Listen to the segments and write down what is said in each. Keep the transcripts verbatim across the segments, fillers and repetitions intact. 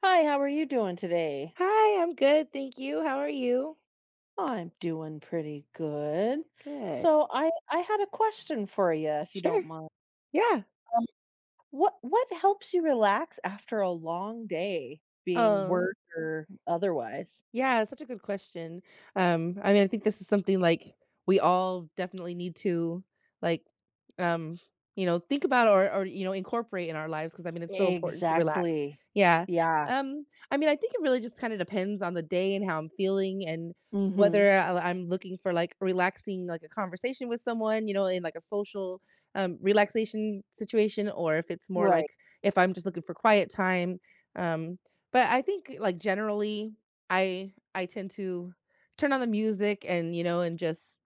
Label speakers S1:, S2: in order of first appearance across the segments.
S1: Hi, how are you doing today?
S2: Hi, I'm good, thank you. How are you?
S1: I'm doing pretty good.
S2: Good.
S1: So I I had a question for you, if you don't
S2: Sure.
S1: mind.
S2: Yeah.
S1: Um, what what helps you relax after a long day, being
S2: Um,
S1: work or otherwise?
S2: Yeah, it's such a good question. Um, I mean, I think this is something like we all definitely need to like um, you know, think about or or you know, incorporate in our lives because I mean it's so important to relax.
S1: Exactly.
S2: Yeah.
S1: Yeah.
S2: Um, I mean, I think it really just kind of depends on the day and how I'm feeling and
S1: hmm
S2: whether I- I'm looking for like relaxing like a conversation with someone, you know, in like a social um relaxation situation or if it's more
S1: Right.
S2: like if I'm just looking for quiet time. Um, but I think like generally I I tend to turn on the music and, you know, and just,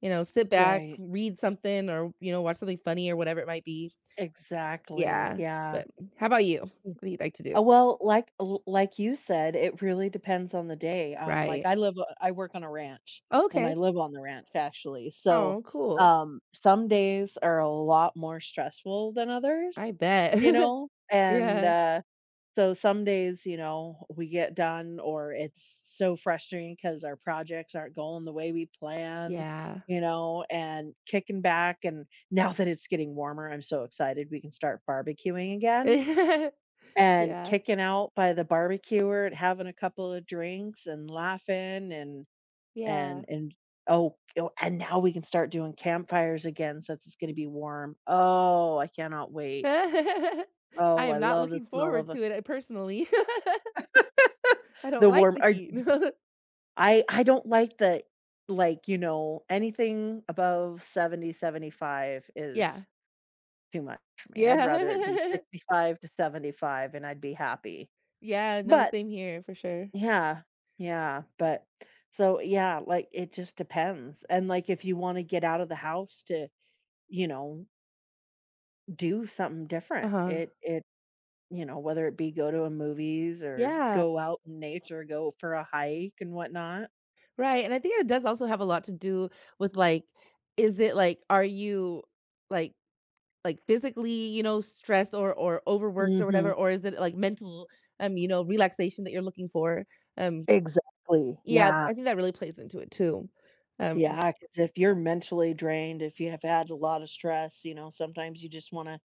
S2: you know, sit back,
S1: Right.
S2: read something or, you know, watch something funny or whatever it might be.
S1: Exactly.
S2: Yeah.
S1: Yeah.
S2: But how about you? What do you like to do?
S1: Uh, well, like l like you said, it really depends on the day, um, like,
S2: Right.
S1: I live o I work on a ranch, and I
S2: Okay.
S1: live on the ranch, actually, so,
S2: Oh, cool.
S1: um, some days are a lot more stressful than others,
S2: I
S1: you
S2: bet.
S1: know, and,
S2: Yeah.
S1: uh, so some days, you know, we get done or it's so frustrating because our projects aren't going the way we planned,
S2: Yeah.
S1: you know, and kicking back, and now that it's getting warmer, I'm so excited we can start barbecuing again. And
S2: Yeah.
S1: kicking out by the barbecue and having a couple of drinks and laughing and
S2: Yeah.
S1: and and oh, oh, and now we can start doing campfires again since it's gonna be warm. Oh, I cannot wait.
S2: I
S1: Oh, I
S2: am not
S1: love the
S2: looking
S1: smell
S2: forward
S1: of a
S2: to it, uh, personally. I
S1: the
S2: don't like
S1: warm
S2: the
S1: I
S2: heat.
S1: I I don't like the like, you know, anything above seventy seventy five
S2: Yeah.
S1: is too much for me. I'd rather it be
S2: Yeah.
S1: sixty-five to seventy-five and I'd be happy.
S2: Yeah, no,
S1: But
S2: same here for sure.
S1: yeah. Yeah, but so, yeah, like, it just depends, and, like, if you wanna get out of the house to, you know, do something different,
S2: Uh-huh.
S1: it it you know, whether it be go to a movies or
S2: Yeah.
S1: go out in nature, go for a hike and whatnot.
S2: Right, and I think it does also have a lot to do with, like, is it, like are you, like like, physically, you know, stressed or or overworked or
S1: Mhm.
S2: whatever, or is it, like, mental, um, you know, relaxation that you're looking for? Um,
S1: Exactly,
S2: yeah,
S1: yeah.
S2: I think that really plays into it too. Um,
S1: Yeah, because if you're mentally drained, if you have had a lot of stress, you know, sometimes you just wanna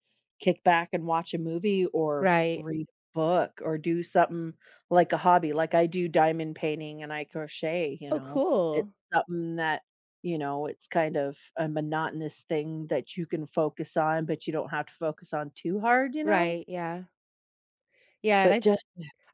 S1: kick back and watch a movie or
S2: right.
S1: read a book or do something like a hobby. Like, I do diamond painting and I crochet, you
S2: Oh,
S1: know? It's
S2: cool.
S1: something that, you know, it's kind of a monotonous thing that you can focus on, but you don't have to focus on too hard, you know?
S2: Right, yeah. Yeah, and
S1: But
S2: I
S1: just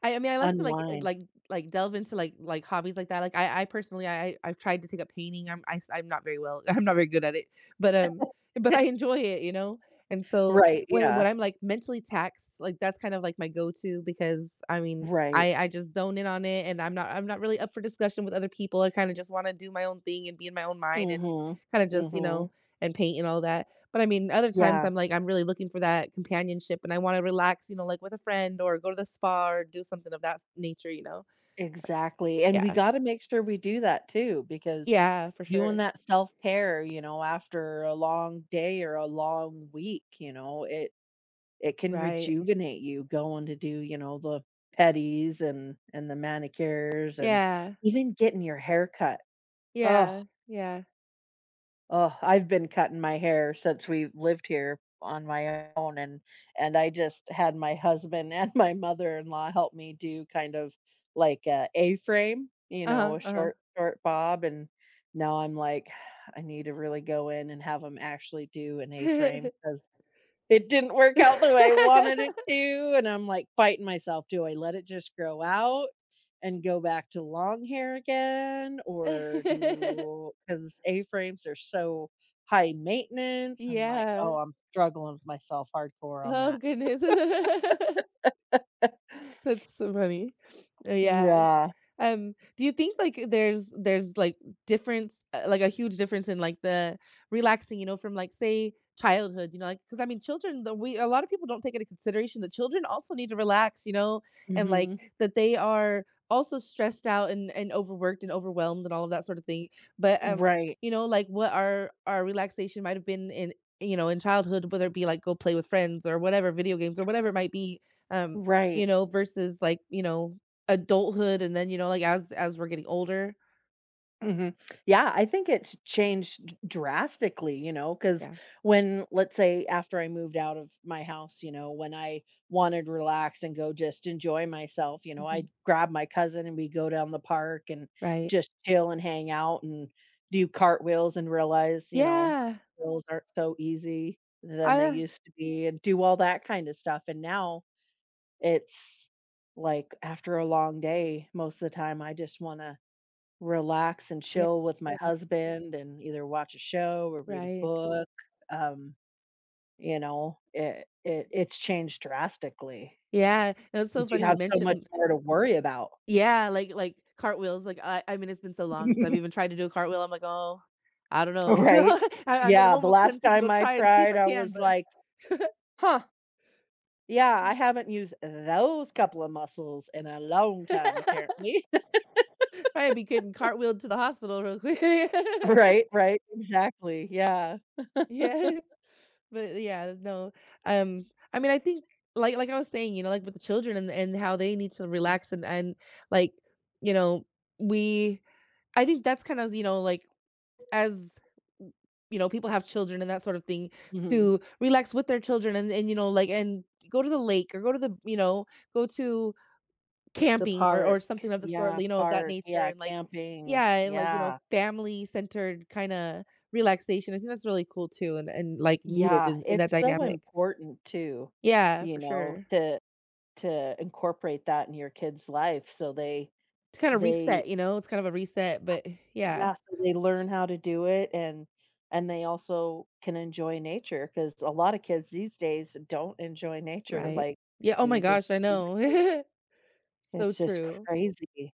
S2: I I mean, I like to like uh,
S1: unwind.
S2: like like delve into like like hobbies like that. Like I I personally I I- I've tried to take up painting. I'm I, I am not very well. I'm not very good at it, but um, but I enjoy it, you know. And so
S1: Right,
S2: when
S1: yeah,
S2: when I'm like mentally taxed, like that's kind of like my go-to because I mean
S1: right.
S2: I I just zone in on it, and I'm not I'm not really up for discussion with other people. I kind of just want to do my own thing and be in my own
S1: mm
S2: mind and
S1: Mhm,
S2: kind of
S1: mm
S2: just you
S1: mhm.
S2: know and paint and all that but I mean, other times
S1: Yeah.
S2: I'm like, I'm really looking for that companionship and I want to relax, you know, like with a friend or go to the spa or do something of that s- nature, you know?
S1: Exactly, and we
S2: Yeah.
S1: gotta make sure we do that too, because
S2: Yeah, for
S1: doing
S2: sure.
S1: that self-care, you know, after a long day or a long week, you know, it it can
S2: Right.
S1: rejuvenate you going to do, you know, the pedis and and the manicures and
S2: Yeah.
S1: even getting your hair cut. Oh.
S2: Yeah. Yeah.
S1: Oh, I've been cutting my hair since we lived here on my own, and and I just had my husband and my mother-in-law help me do kind of like a A-frame, you know,
S2: Uh-huh.
S1: a
S2: Uh-huh.
S1: short short bob, and now I'm like, I need to really go in and have them actually do an A-frame 'cause it didn't work out the way I wanted it to. And I'm like fighting myself. Do I let it just grow out and go back to long hair again? Or do, because A frames are so high maintenance. I'm like, oh,
S2: Yeah.
S1: I'm struggling with myself hardcore on
S2: Oh
S1: that.
S2: goodness. That's so funny. Uh, yeah.
S1: Yeah.
S2: Um, do you think like there's there's like difference, uh, like a huge difference in like the relaxing, you know, from like say childhood, you know, like because I mean, children, the, we a lot of people don't take into consideration that children also need to relax, you know, and like
S1: hmm
S2: that they are also stressed out and and overworked and overwhelmed and all of that sort of thing. But um,
S1: Right.
S2: you know, like what our our relaxation might have been in you know in childhood, whether it be like go play with friends or whatever video games or whatever it might be. Um,
S1: Right.
S2: you know, versus like, you know, adulthood and then, you know, like, as as we're getting older.
S1: Mhm. Yeah, I think it's changed drastically, you know, because
S2: Yeah.
S1: when let's say after I moved out of my house, you know, when I wanted to relax and go just enjoy myself, you know,
S2: Mhm.
S1: I'd grab my cousin and we'd go down the park and
S2: Right.
S1: just chill and hang out and do cartwheels and realize, you know,
S2: Yeah.
S1: cartwheels aren't so easy than they
S2: Uh,
S1: used to be and do all that kind of stuff. And now it's like after a long day, most of the time I just wanna relax and
S2: yeah,
S1: chill with my Mhm.
S2: yeah,
S1: husband and either watch a show or read a
S2: right.
S1: book, um, you know, it it it's changed drastically.
S2: Yeah, no, it's so
S1: Because you
S2: funny you
S1: have so much
S2: mentioned
S1: more to worry about.
S2: yeah, like like cartwheels, like, I I mean, it's been so long since I've even tried to do a cartwheel, I'm like, "Oh, I don't know."
S1: Right?
S2: I I mean, I'm
S1: Yeah, the
S2: almost
S1: last
S2: tempted to
S1: time
S2: go
S1: I
S2: try and see if
S1: tried,
S2: I
S1: I
S2: can,
S1: was
S2: but
S1: like, "Huh, yeah, I haven't used those couple of muscles in a long time apparently."
S2: probably be getting cartwheeled to the hospital real quick.
S1: Right, right, exactly, yeah,
S2: Yeah. But yeah, no, um, I mean, I think like like I was saying, you know, like with the children and and how they need to relax and and like, you know, we I think that's kind of, you know, like as w- you know, people have children and that sort of thing
S1: mhm.
S2: to relax with their children and and you know, like and go to the lake or go to the, you know, go to
S1: The
S2: camping or or
S1: park,
S2: something of the sort,
S1: yeah,
S2: you know, of that
S1: park,
S2: nature
S1: yeah,
S2: and like
S1: camping,
S2: yeah, and like, you know,
S1: yeah.
S2: family centered kind of relaxation. I think that's really cool too and and like needed
S1: Yeah,
S2: in, in that
S1: it's so
S2: dynamic.
S1: important too,
S2: Yeah,
S1: you
S2: for
S1: know,
S2: sure.
S1: to to incorporate that in your kids' life so they
S2: To kind of
S1: they
S2: reset, you know, it's kind of a reset, but yeah,
S1: yeah, so they learn how to do it and and they also can enjoy nature because a lot of kids these days don't enjoy nature
S2: right.
S1: like
S2: Yeah, oh my
S1: we did
S2: gosh, I
S1: when we were kids.
S2: know. So
S1: It's just
S2: true.
S1: crazy.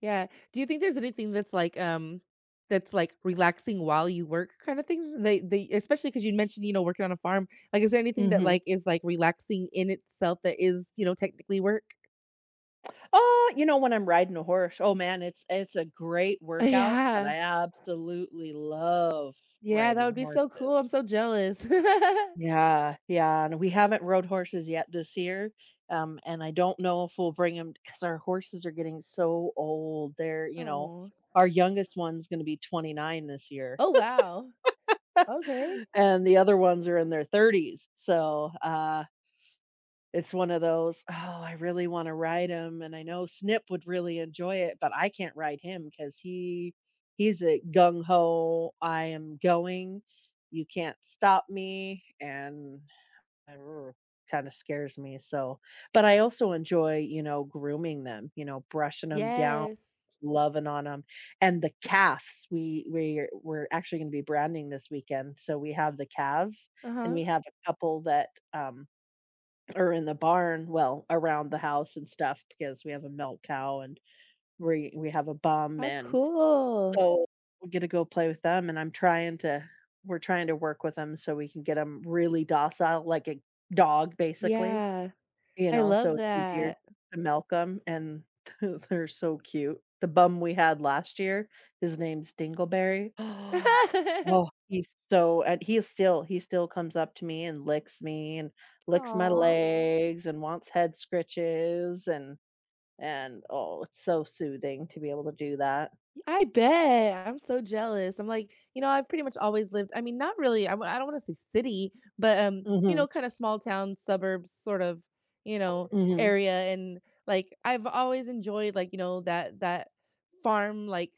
S2: Yeah. Do you think there's anything that's like, um, that's like relaxing while you work kind of thing? They they especially because you mentioned, you know, working on a farm. Like, is there anything that
S1: Mhm.
S2: like is like relaxing in itself that is, you know, technically work?
S1: Oh, you know, when I'm riding a horse, oh man, it's it's a great workout, but
S2: Yeah.
S1: I absolutely love
S2: Yeah, that would
S1: riding
S2: be so cool.
S1: horses.
S2: I'm so jealous.
S1: Yeah, yeah, and we haven't rode horses yet this year, um, and I don't know if we'll bring bring them because our horses are getting so old. They're, you know,
S2: Oh.
S1: our youngest one's gonna be twenty-nine this year,
S2: Oh, wow. Okay.
S1: and the other ones are in their thirties, so, uh, it's one of those, "Oh, I really wanna ride him," and I know Snip would really enjoy it, but I can't ride him because he he's a gung ho, "I am going, you can't stop me," and kind of scares me, so but I also enjoy, you know, grooming them, you know, brushing them down,
S2: Yes.
S1: loving on them, and the calves, we we we're actually gonna be branding this weekend, so we have the calves, and
S2: Uh-huh.
S1: we have a couple that, um, are in the barn well, around the house and stuff because we have a milk cow, and we we have a bum,
S2: How
S1: and
S2: cool.
S1: so, we get to go play with them, and I'm trying to we're trying to work with them so we can get them really docile, like a dog, basically,
S2: Yeah,
S1: you
S2: I
S1: know,
S2: love
S1: so it's easier
S2: that.
S1: to milk them, and they're so cute. The bum we had last year, his name's Dingleberry. Oh, he's so and he is still he still comes up to me and licks me and licks my
S2: Aw,
S1: legs and wants head scritches and and, oh, it's so soothing to be able to do that.
S2: I bet. I'm so jealous. I'm like, you know, I've pretty much always lived I mean, not really, I w I don't wanna say city, but, um, you
S1: Mhm,
S2: know, kinda small town, suburbs sort of, you know,
S1: mhm.
S2: area, and, like, I've always enjoyed, like, you know, that that farm, like,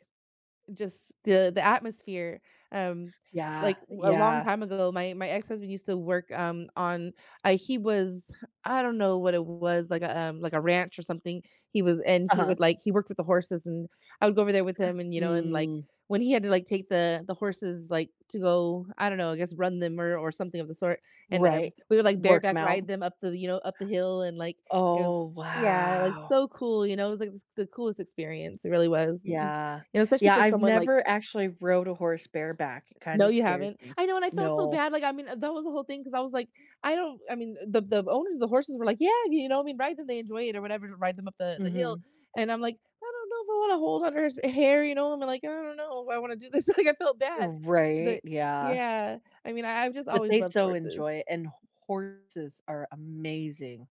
S2: just the the atmosphere, um,
S1: Yeah,
S2: like, a long
S1: yeah.
S2: time ago, my my ex-husband used to work, um, on uh, he was I don't know what it was, like a, um, like a ranch or something. He was and he
S1: Uh-huh.
S2: would, like he worked with the horses, and I would go over there with him, and, you know, and, like,
S1: Mm,
S2: when he had to, like, take the the horses, like, to go, I don't know, I guess run them or or something of the sort, and,
S1: right.
S2: um, we would, like,
S1: Work 'em
S2: bareback
S1: out.
S2: ride them up the you know, up the hill, and, like, it was
S1: Oh,
S2: yeah, like,
S1: wow.
S2: so cool, you know, it was, like, the the coolest experience, it really was.
S1: Yeah.
S2: You know, especially
S1: Yeah,
S2: for
S1: I've
S2: someone like,
S1: never actually rode a horse bareback, it
S2: "No,
S1: kinda
S2: you
S1: scares
S2: haven't."
S1: me.
S2: I know, and I felt so
S1: No.
S2: bad, like, I mean, that was the whole thing because I was like, I don't I mean, the the owners of the horses were like, "Yeah, you know, I mean, ride them, they enjoy it or whatever, ride them up the the hill,"
S1: Mhm.
S2: and I'm like, "I don't know if I wanna hold on to her hair," you know, I'm like, "I don't know if I wanna do this," like, I felt bad,
S1: Right,
S2: but
S1: yeah.
S2: yeah, I mean, I I've just
S1: But
S2: always
S1: they
S2: loved
S1: so enjoy
S2: horses.
S1: it, and horses are amazing.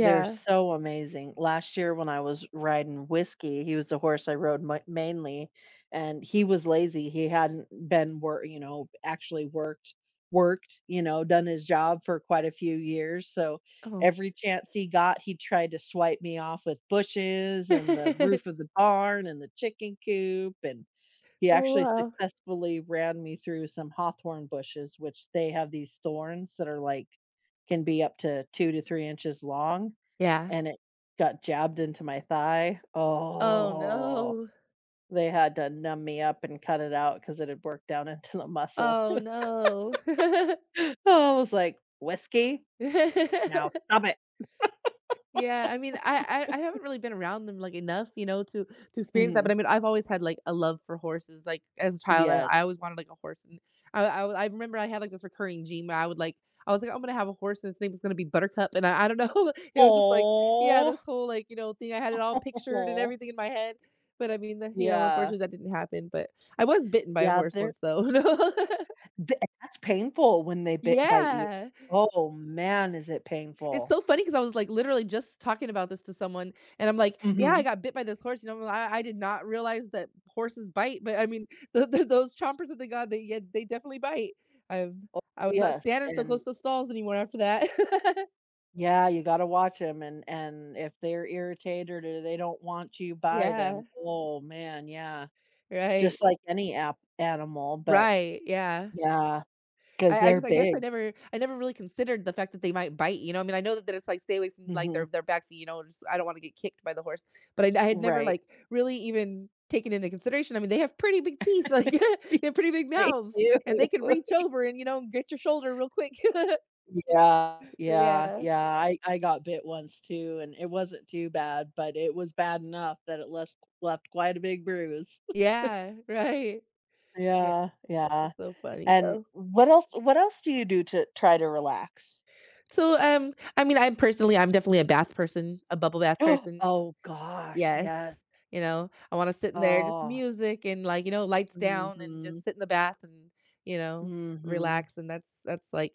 S1: They're so amazing. Last year when I was riding Whiskey, he was the horse I rode mi mainly, and he was lazy. He hadn't been work, you know, actually worked worked, you know, done his job for quite a few years, so
S2: Oh.
S1: every chance he got, he tried to swipe me off with bushes and the roof of the barn and the chicken coop, and he
S2: Oh,
S1: actually
S2: wow.
S1: successfully ran me through some hawthorn bushes, which they have these thorns that are, like, can be up to two to three inches long,
S2: Yeah.
S1: and it got jabbed into my thigh.
S2: Oh,
S1: Oh,
S2: no.
S1: they had to numb me up and cut it out because it had worked down into the muscle.
S2: Oh, no.
S1: Oh, I was like, "Whiskey? Now stop it."
S2: Yeah, I mean, I I I haven't really been around them, like, enough, you know, to to experience that,
S1: Mhm.
S2: but, I mean, I've always had, like, a love for horses, like, as a child, I
S1: Yes.
S2: I always wanted, like, a horse, and I I I remember I had, like, this recurring dream where I would, like I was like, "I'm gonna have a horse, and its name was gonna be Buttercup," and I I don't know, it was just like yeah,
S1: Oh.
S2: this whole, like, you know, thing, I had it all pictured and everything in my head, but, I mean, the you know,
S1: Yeah.
S2: unfortunately, that didn't happen, but I was bitten by a
S1: Yeah,
S2: horse
S1: they're
S2: once, though. No.
S1: th that's painful when they bit bite you.
S2: Yeah.
S1: Oh, man, is it
S2: It's
S1: painful.
S2: so funny because I was, like, literally just talking about this to someone, and I'm like, "Yeah, I
S1: Mhm.
S2: got bit by this horse, you know, I I did not realize that horses bite, but I mean, tho tho those chompers that they got, they yeah, they definitely bite." Um,
S1: Oh,
S2: I was not
S1: yes,
S2: standing so
S1: and
S2: close to stalls anymore after that.
S1: yeah, you gotta watch watch them, and and if they're irritated or they don't want you by
S2: Yeah,
S1: them, oh, man, yeah.
S2: right.
S1: Just like any app animal, but
S2: Right, yeah.
S1: yeah, because 'cause
S2: I, I
S1: they're
S2: just I guess I
S1: big.
S2: never I never really considered the fact that they might bite, you know. I mean, I know that, that it's like stay away from like
S1: Mhm.
S2: their their back feet, you know, just I don't want to get kicked by the horse. But I, I had never
S1: Right.
S2: like really even taken into consideration. I mean, they have pretty big teeth, like they have pretty big
S1: They
S2: mouths,
S1: do.
S2: and they can reach over and you know get your shoulder real quick.
S1: Yeah,
S2: But
S1: yeah,
S2: yeah,
S1: yeah, I I got bit once too, and it wasn't too bad, but it was bad enough that it left left quite a big bruise.
S2: yeah, right. Yeah,
S1: Yeah, yeah,
S2: it's so funny
S1: and
S2: though.
S1: what else what else do you do to try to relax?
S2: So um, I mean, I personally I'm definitely a bath person, a bubble bath
S1: Oh
S2: person.
S1: oh gosh,
S2: Yes,
S1: yes.
S2: you know, I wanna sit in there, just
S1: Oh,
S2: music and, like, you know, lights
S1: mm
S2: down and
S1: mhm,
S2: just sit in the bath and, you know,
S1: mm mhm.
S2: relax, and that's that's, like,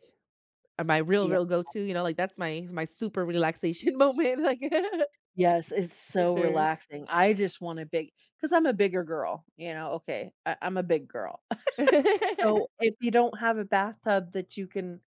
S2: uh, my real,
S1: Yeah,
S2: real go-to, you know, like, that's my my super relaxation moment, like,
S1: yes, it's
S2: for
S1: so
S2: sure.
S1: relaxing. I just want a big, because 'cause I'm a bigger girl, you know, okay, I I'm a big girl. So, if you don't have a bathtub that you can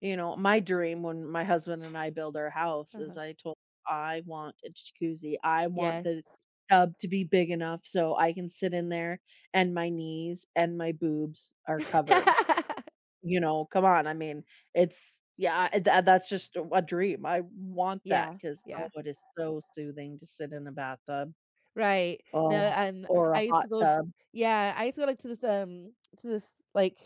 S1: you know, my dream when my husband and I build our house is
S2: Uh-huh.
S1: I told him, I want a jacuzzi. I want
S2: Yes.
S1: the tub to be big enough so I can sit in there and my knees and my boobs are covered. You know, come on, I mean, it's yeah, eh, tha that's just a a dream, I want that
S2: Yeah,
S1: because oh,
S2: yeah.
S1: it is so soothing to sit in the bathtub.
S2: Right.
S1: Oh,
S2: No, um,
S1: or a
S2: I used to
S1: hot
S2: go
S1: tub.
S2: yeah, I used to go, like, to this, um to this, like,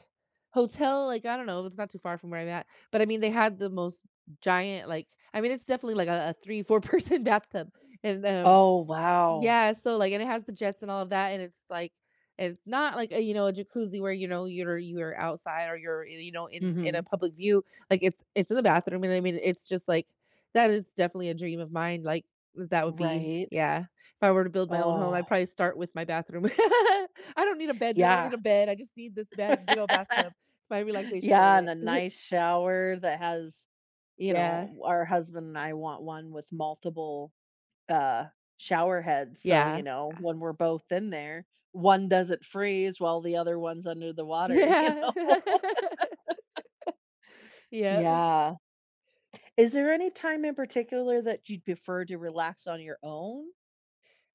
S2: hotel, like, I don't know, it's not too far from where I'm at, but, I mean, they had the most giant, like I mean, it's definitely, like, a a three, four person bathtub, and, um,
S1: Oh, wow.
S2: yeah, so, like and it has the jets and all of that, and it's like and it's not like a, you know, a jacuzzi where, you know, you're you're outside or you're, you know, in in a
S1: Mhm.
S2: public view, like, it's it's in the bathroom, and I mean, it's just like that is definitely a dream of mine, like, that would be
S1: Right?
S2: yeah. If I were to build my own home,
S1: Oh,
S2: I'd probably start with my bathroom. I don't need a bedroom, I don't
S1: yeah.
S2: need a bed, I just need this bag big old bathtub. It's my relaxation
S1: Yeah, and
S2: moment.
S1: a nice shower that has you
S2: Yeah.
S1: know, our husband and I want one with multiple uh, shower heads, so, you
S2: Yeah.
S1: know, when we're both in there, one doesn't freeze while the other one's under the water, you
S2: Yeah.
S1: know?
S2: Yeah. Yep.
S1: Yeah. Is there any time in particular that you'd prefer to relax on your own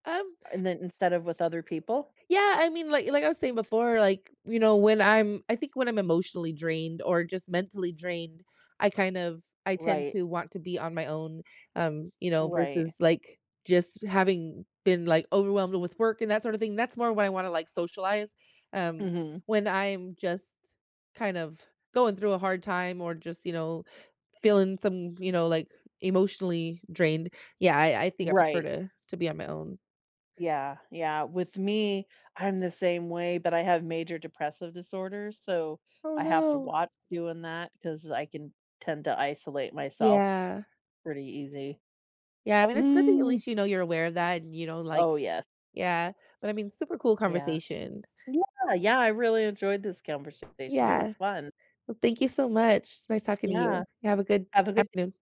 S2: Um
S1: and then instead of with other people?
S2: Yeah, I mean, like like I was saying before, like, you know, when I'm I think when I'm emotionally drained or just mentally drained, I kind of I tend
S1: Right,
S2: to want to be on my own, um, you know,
S1: right.
S2: versus like just having been like overwhelmed with work and that sort of thing. That's more when I want to like socialize. Um,
S1: Mhm.
S2: when I'm just kind of going through a hard time or just, you know, feeling some, you know, like emotionally drained. Yeah, I, I think I prefer
S1: Right.
S2: to to be on my own.
S1: Yeah, yeah. With me, I'm the same way, but I have major depressive disorder, so
S2: Oh
S1: I have to
S2: no.
S1: watch doing that because I can tend to isolate myself
S2: Yeah.
S1: pretty easy.
S2: Yeah, I mean, it's good that at
S1: Mm.
S2: least you know you're aware of that and you know,
S1: Oh,
S2: like
S1: yes.
S2: yeah, but I mean, super cool
S1: Yeah.
S2: conversation.
S1: Yeah, yeah, I really enjoyed this conversation. It was
S2: Yeah.
S1: fun.
S2: Well, thank you so much. It's nice talking to
S1: Yeah.
S2: you. You have a good
S1: Have a good
S2: afternoon.